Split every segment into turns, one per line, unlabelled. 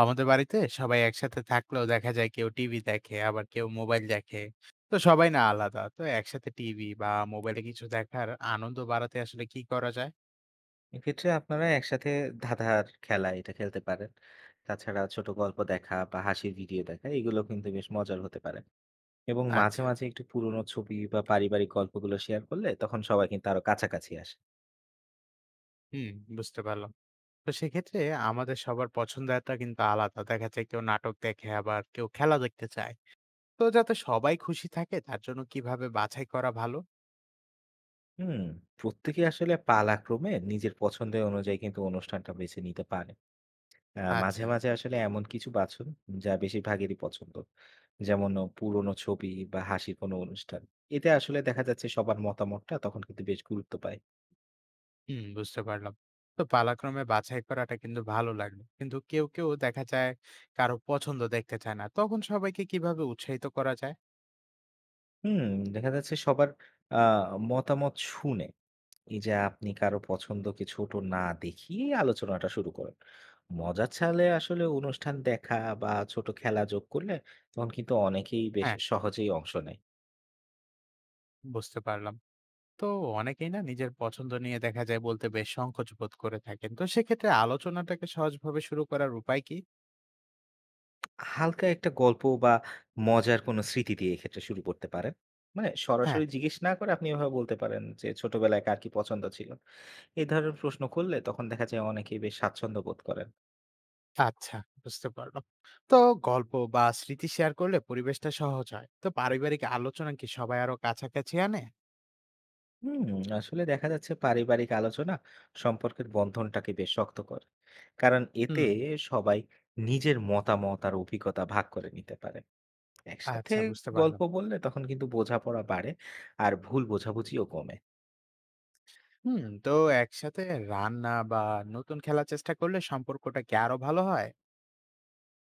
আমাদের বাড়িতে সবাই একসাথে থাকলেও দেখা যায় কেউ টিভি দেখে আবার কেউ মোবাইল দেখে। তো সবাই না আলাদা, তো একসাথে টিভি বা মোবাইলে কিছু দেখার আনন্দ বাড়াতে আসলে কি করা যায়?
এক্ষেত্রে আপনারা একসাথে ধাঁধার খেলা এটা খেলতে পারেন। তাছাড়া ছোট গল্প দেখা বা হাসির ভিডিও দেখা এগুলো কিন্তু বেশ মজার হতে পারে। এবং মাঝে,
আচ্ছা,
মাঝে একটু পুরোনো ছবি বা পারিবারিক গল্পগুলো শেয়ার করলে তখন সবাই কিন্তু আরো কাছাকাছি আসে।
হুম, বুঝতে পারলাম। তো সেক্ষেত্রে আমাদের সবার পছন্দটা কিন্তু আলাদা দেখা যায়, কেউ নাটক দেখে আবার কেউ খেলা দেখতে চায়। তো যাতে সবাই খুশি থাকে তার জন্য কিভাবে বাছাই করা ভালো?
হুম, প্রত্যেকে আসলে পালাক্রমে নিজের পছন্দের অনুযায়ী কিন্তু অনুষ্ঠানটা বেছে নিতে পারে।
আচ্ছা,
মাঝে, মাঝে আসলে এমন কিছু বাছুন যা বেশিরভাগেরই পছন্দ। যেমন পুরোনো ছবি বা হাসির কোনো অনুষ্ঠান। এতে আসলে দেখা যাচ্ছে সবার মতামতটা তখন কিন্তু বেশ গুরুত্ব পায়।
হুম, বুঝতে পারলাম। তো পালাক্রমে বাছাই করাটা কিন্তু ভালো লাগলো। কিন্তু কেউ কেউ দেখা যায় কারো পছন্দ দেখতে চায় না। তখন সবাইকে কিভাবে উৎসাহিত করা যায়?
হুম, দেখা যাচ্ছে সবার আ মতামত শুনে, এই যে আপনি কারো পছন্দকে ছোট না দেখিয়ে আলোচনাটা শুরু করেন। মজা ছালে আসলে অনুষ্ঠান দেখা বা ছোট খেলা যোগ করলে তখন কিন্তু অনেকেই বেশ
হ্যাঁ,
সহজেই অংশ নেয়।
বুঝতে পারলাম। তো অনেকেই না নিজের পছন্দ নিয়ে দেখা যায় বলতে বেশ সংকোচ বোধ করে থাকেন। তো সেক্ষেত্রে আলোচনাটাকে সহজভাবে শুরু করার উপায় কি?
হালকা একটা গল্প বা মজার কোনো স্মৃতি দিয়ে এক্ষেত্রে শুরু করতে পারেন। মানে
হ্যাঁ,
সরাসরি জিজ্ঞেস না করে আপনি এভাবে বলতে পারেন যে, "ছোটবেলায় কার কি পছন্দ ছিল?" এই ধরনের প্রশ্ন করলে তখন দেখা যায় অনেকেই বেশ স্বাচ্ছন্দ্য বোধ করেন।
আচ্ছা, বুঝতে পারলাম। তো গল্প বা স্মৃতি শেয়ার করলে পরিবেশটা সহজ হয়। তো পারিবারিক আলোচনা কি সবাই আরো কাছাকাছি আনে?
হুম, আসলে দেখা যাচ্ছে পারিবারিক আলোচনা সম্পর্কের বন্ধনটাকে বেশ শক্ত করে, কারণ এতে
হুম,
সবাই নিজের মতামত আর অভিজ্ঞতা ভাগ করে নিতে পারে। একসাথে
আচ্ছা, বুঝতে
গল্প
পারলাম।
বললে তখন কিন্তু বোঝাপড়া বাড়ে আর ভুল বোঝাবুঝিও কমে।
হুম, তো একসাথে রান্না বা নতুন খেলার চেষ্টা করলে সম্পর্কটা কি আরো ভালো হয়?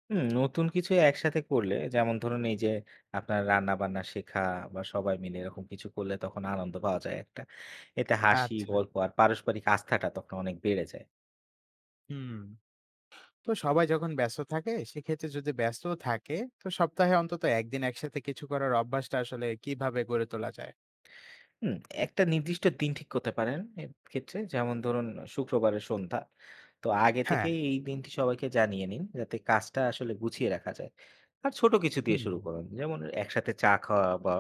হুম, নতুন কিছু একসাথে করলে, যেমন ধরুন এই যে আপনার রান্না বান্না শেখা বা সবাই মিলে এরকম কিছু করলে তখন আনন্দ পাওয়া যায় একটা। এতে হাসি
আচ্ছা,
গল্প আর পারস্পরিক আস্থাটা তখন অনেক বেড়ে যায়।
হুম, তো সবাই যখন ব্যস্ত থাকে, সেক্ষেত্রে যদি ব্যস্ত থাকে, তো সপ্তাহে অন্তত একদিন একসাথে কিছু করার অভ্যাসটা আসলে কিভাবে গড়ে তোলা যায়?
হুম, একটা নির্দিষ্ট দিন ঠিক করতে পারেন এক্ষেত্রে। যেমন ধরুন শুক্রবারের সন্ধ্যা। তো আগে
হ্যাঁ,
থেকেই এই দিনটি সবাইকে জানিয়ে নিন যাতে কাজটা আসলে গুছিয়ে রাখা যায়। আর ছোট কিছু দিয়ে
হুম,
শুরু করুন। যেমন একসাথে চা খাওয়া বা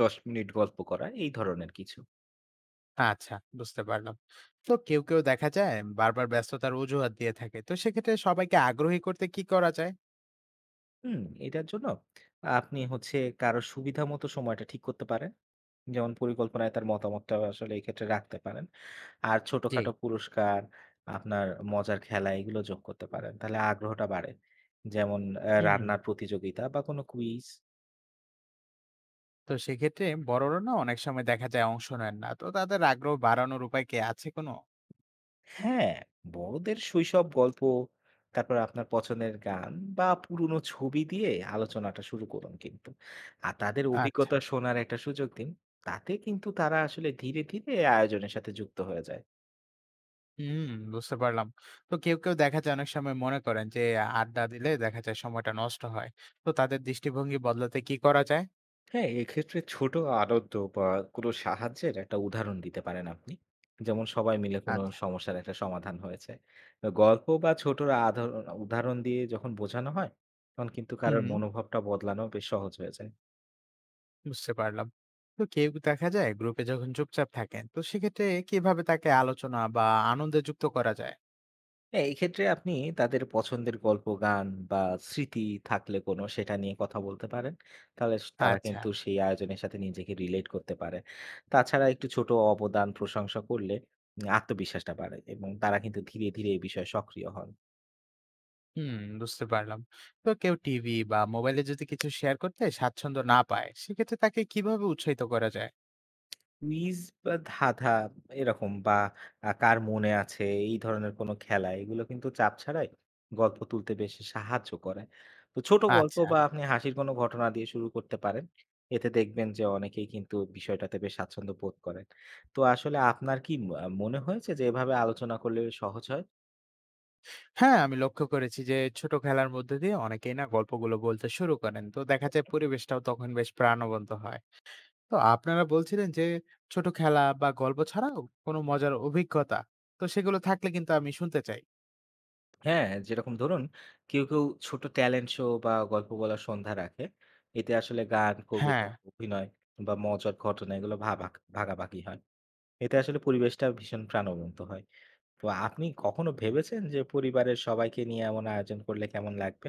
১০ মিনিট গল্প করা এই ধরনের কিছু।
আচ্ছা, বুঝতে পারলাম। তো কেউ কেউ দেখা যায় বারবার ব্যস্ততার অজুহাত দিয়ে থাকে, তো সেক্ষেত্রে সবাইকে আগ্রহী করতে কি করা যায়?
হুম? এটার জন্য আপনি হচ্ছে কারো সুবিধা মতো সময়টা ঠিক করতে পারেন। যেমন পরিকল্পনায় তার মতামতটাও আসলে এই ক্ষেত্রে রাখতে পারেন। আর
জি,
ছোটখাটো পুরস্কার, আপনার মজার খেলা এগুলো যোগ করতে পারেন। তাহলে আগ্রহটা বাড়ে। যেমন
হুম,
রান্নার প্রতিযোগিতা বা কোনো কুইজ।
তো সেক্ষেত্রে বড়রা না অনেক সময় দেখা যায় অংশ নেন না, তো তাদের আগ্রহ বাড়ানোর উপায় কি আছে কোনো?
হ্যাঁ, বড়দের শৈশব গল্প, তারপর আপনার পছন্দের গান বা পুরনো ছবি দিয়ে আলোচনাটা শুরু করুন কিন্তু। আর তাদের
আচ্ছা।
অভিজ্ঞতা শোনার একটা সুযোগ দিন। তাতে কিন্তু তারা আসলে ধীরে, ধীরে আয়োজনের সাথে যুক্ত হয়ে যায়।
হুম, বুঝতে পারলাম। তো কেউ কেউ দেখা যায় অনেক সময় মনে করেন যে আড্ডা দিলে দেখা যায় সময়টা নষ্ট হয়। তো তাদের দৃষ্টিভঙ্গি বদলাতে কি করা যায়?
হ্যাঁ, এক্ষেত্রে ছোট আনন্দ বা কোনো সাহায্যের একটা উদাহরণ দিতে পারেন আপনি। যেমন সবাই মিলে কোনো
আচ্ছা।
সমস্যার একটা সমাধান হয়েছে। গল্প বা ছোট আধরণ উদাহরণ দিয়ে যখন বোঝানো হয়, তখন কিন্তু
হুম,
কারোর মনোভাবটা বদলানো বেশ সহজ হয়ে যায়।
বুঝতে পারলাম। তো কেউ দেখা যায় গ্রুপে যখন চুপচাপ থাকেন, তো সেক্ষেত্রে কিভাবে তাকে আলোচনা বা আনন্দে যুক্ত করা যায়?
হ্যাঁ, এই ক্ষেত্রে আপনি তাদের পছন্দের গল্প, গান বা স্মৃতি থাকলে কোনো সেটা নিয়ে কথা বলতে পারেন। তাহলে তারা
আচ্ছা।
কিন্তু সেই আয়োজনের সাথে নিজেকে রিলেট করতে পারে। তাছাড়া একটু ছোট অবদান প্রশংসা করলে আত্মবিশ্বাসটা বাড়ে এবং তারা কিন্তু ধীরে, ধীরে এই বিষয়ে সক্রিয় হন।
হুম, বুঝতে পারলাম। তো কেউ টিভি বা মোবাইলে যদি কিছু শেয়ার করতে স্বাচ্ছন্দ্য না পায়, সেক্ষেত্রে তাকে কিভাবে উৎসাহিত করা যায়?
কুইজ বা ধাঁধা এরকম বা কার মনে আছে এই ধরনের কোনো খেলা এগুলো কিন্তু চাপ ছাড়াই গল্প তুলতে বেশ সাহায্য করে। তো ছোট গল্প
আচ্ছা।
বা আপনি হাসির কোনো ঘটনা দিয়ে শুরু করতে পারেন। এতে দেখবেন যে অনেকেই কিন্তু বিষয়টাতে বেশ স্বাচ্ছন্দ্য বোধ করেন। তো আসলে আপনার কি মনে হয়েছে যে এভাবে আলোচনা করলে সহজ হয়?
হ্যাঁ, আমি লক্ষ্য করেছি যে ছোট খেলার মধ্যে দিয়ে অনেকেই না গল্পগুলো বলতে শুরু করেন। তো দেখা যায় পরিবেশটাও তখন বেশ প্রাণবন্ত হয়। তো আপনারা বলছিলেন যে ছোট খেলা বা গল্প ছাড়াও কোনো মজার অভিজ্ঞতা। তো সেগুলো থাকলে কিন্তু আমি শুনতে চাই।
হ্যাঁ, যেরকম ধরুন কেউ, কেউ ছোট ট্যালেন্ট শো বা গল্প বলার সন্ধ্যা রাখে। এতে আসলে গান,
হ্যাঁ,
কবিতা, অভিনয় বা মজার ঘটনা এগুলো ভাবাক ভাগাভাগি হয়। এতে আসলে পরিবেশটা ভীষণ প্রাণবন্ত হয়। তো আপনি কখনো ভেবেছেন যে পরিবারের সবাইকে নিয়ে এমন আয়োজন করলে কেমন লাগবে?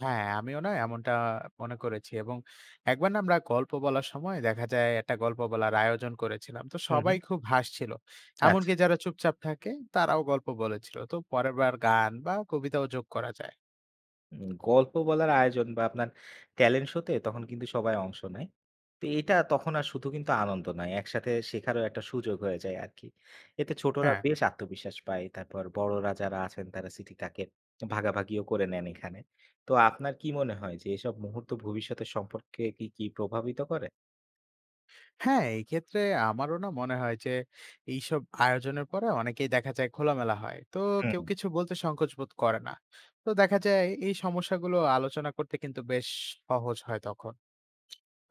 আমিও না এমনটা মনে করেছি, এবং একবার না আমরা গল্প বলার সময় দেখা যায় একটা গল্প বলার আয়োজন করেছিলাম। তো
হুম,
সবাই
হুম।
খুব হাসছিল।
আচ্ছা।
এমনকি যারা চুপচাপ থাকে তারাও গল্প বলেছিল। তো পরের বার গান বা কবিতাও যোগ করা যায়।
গল্প বলার আয়োজন বা আপনার ট্যালেন্ট শো তে তখন কিন্তু সবাই অংশ নেয়। তো এটা তখন আর শুধু কিন্তু আনন্দ নয়। একসাথে শেখারও একটা সুযোগ হয়ে যায় আরকি। এতে ছোটরা
হ্যাঁ।
বেশ আত্মবিশ্বাস পায়। তারপর বড়রা যারা আছেন তারা স্মৃতিটাকে ভাগাভাগিও করে নেন এখানে। তো আপনার কি মনে হয় যে এসব মুহূর্ত ভবিষ্যতের সম্পর্কে কি, কি প্রভাবিত করে?
হ্যাঁ, এই ক্ষেত্রে আমারও না মনে হয় যে এইসব আয়োজনের পরে অনেকেই দেখা যায় খোলামেলা হয়। তো কেউ
হুম।
কিছু বলতে সংকোচ বোধ করে না। তো দেখা যায় এই সমস্যাগুলো আলোচনা করতে কিন্তু বেশ সহজ হয় তখন।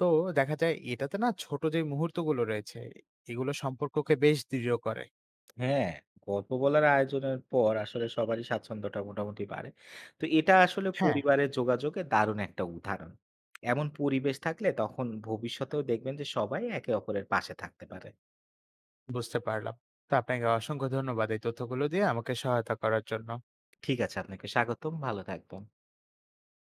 তো দেখা যায় এটাতে না ছোট যে মুহূর্তগুলো রয়েছে এগুলো সম্পর্ককে বেশ দৃঢ় করে।
হ্যাঁ, গল্প বলার আয়োজনের পর আসলে সবারই স্বাচ্ছন্দ্যটা মোটামুটি বাড়ে। তো এটা আসলে
হ্যাঁ,
পরিবারের যোগাযোগের দারুণ একটা উদাহরণ। এমন পরিবেশ থাকলে তখন ভবিষ্যতেও দেখবেন যে সবাই একে অপরের পাশে থাকতে পারে।
বুঝতে পারলাম। তো আপনাকে অসংখ্য ধন্যবাদ এই তথ্যগুলো দিয়ে আমাকে সহায়তা করার জন্য।
ঠিক আছে, আপনাকে স্বাগতম। ভালো থাকবেন।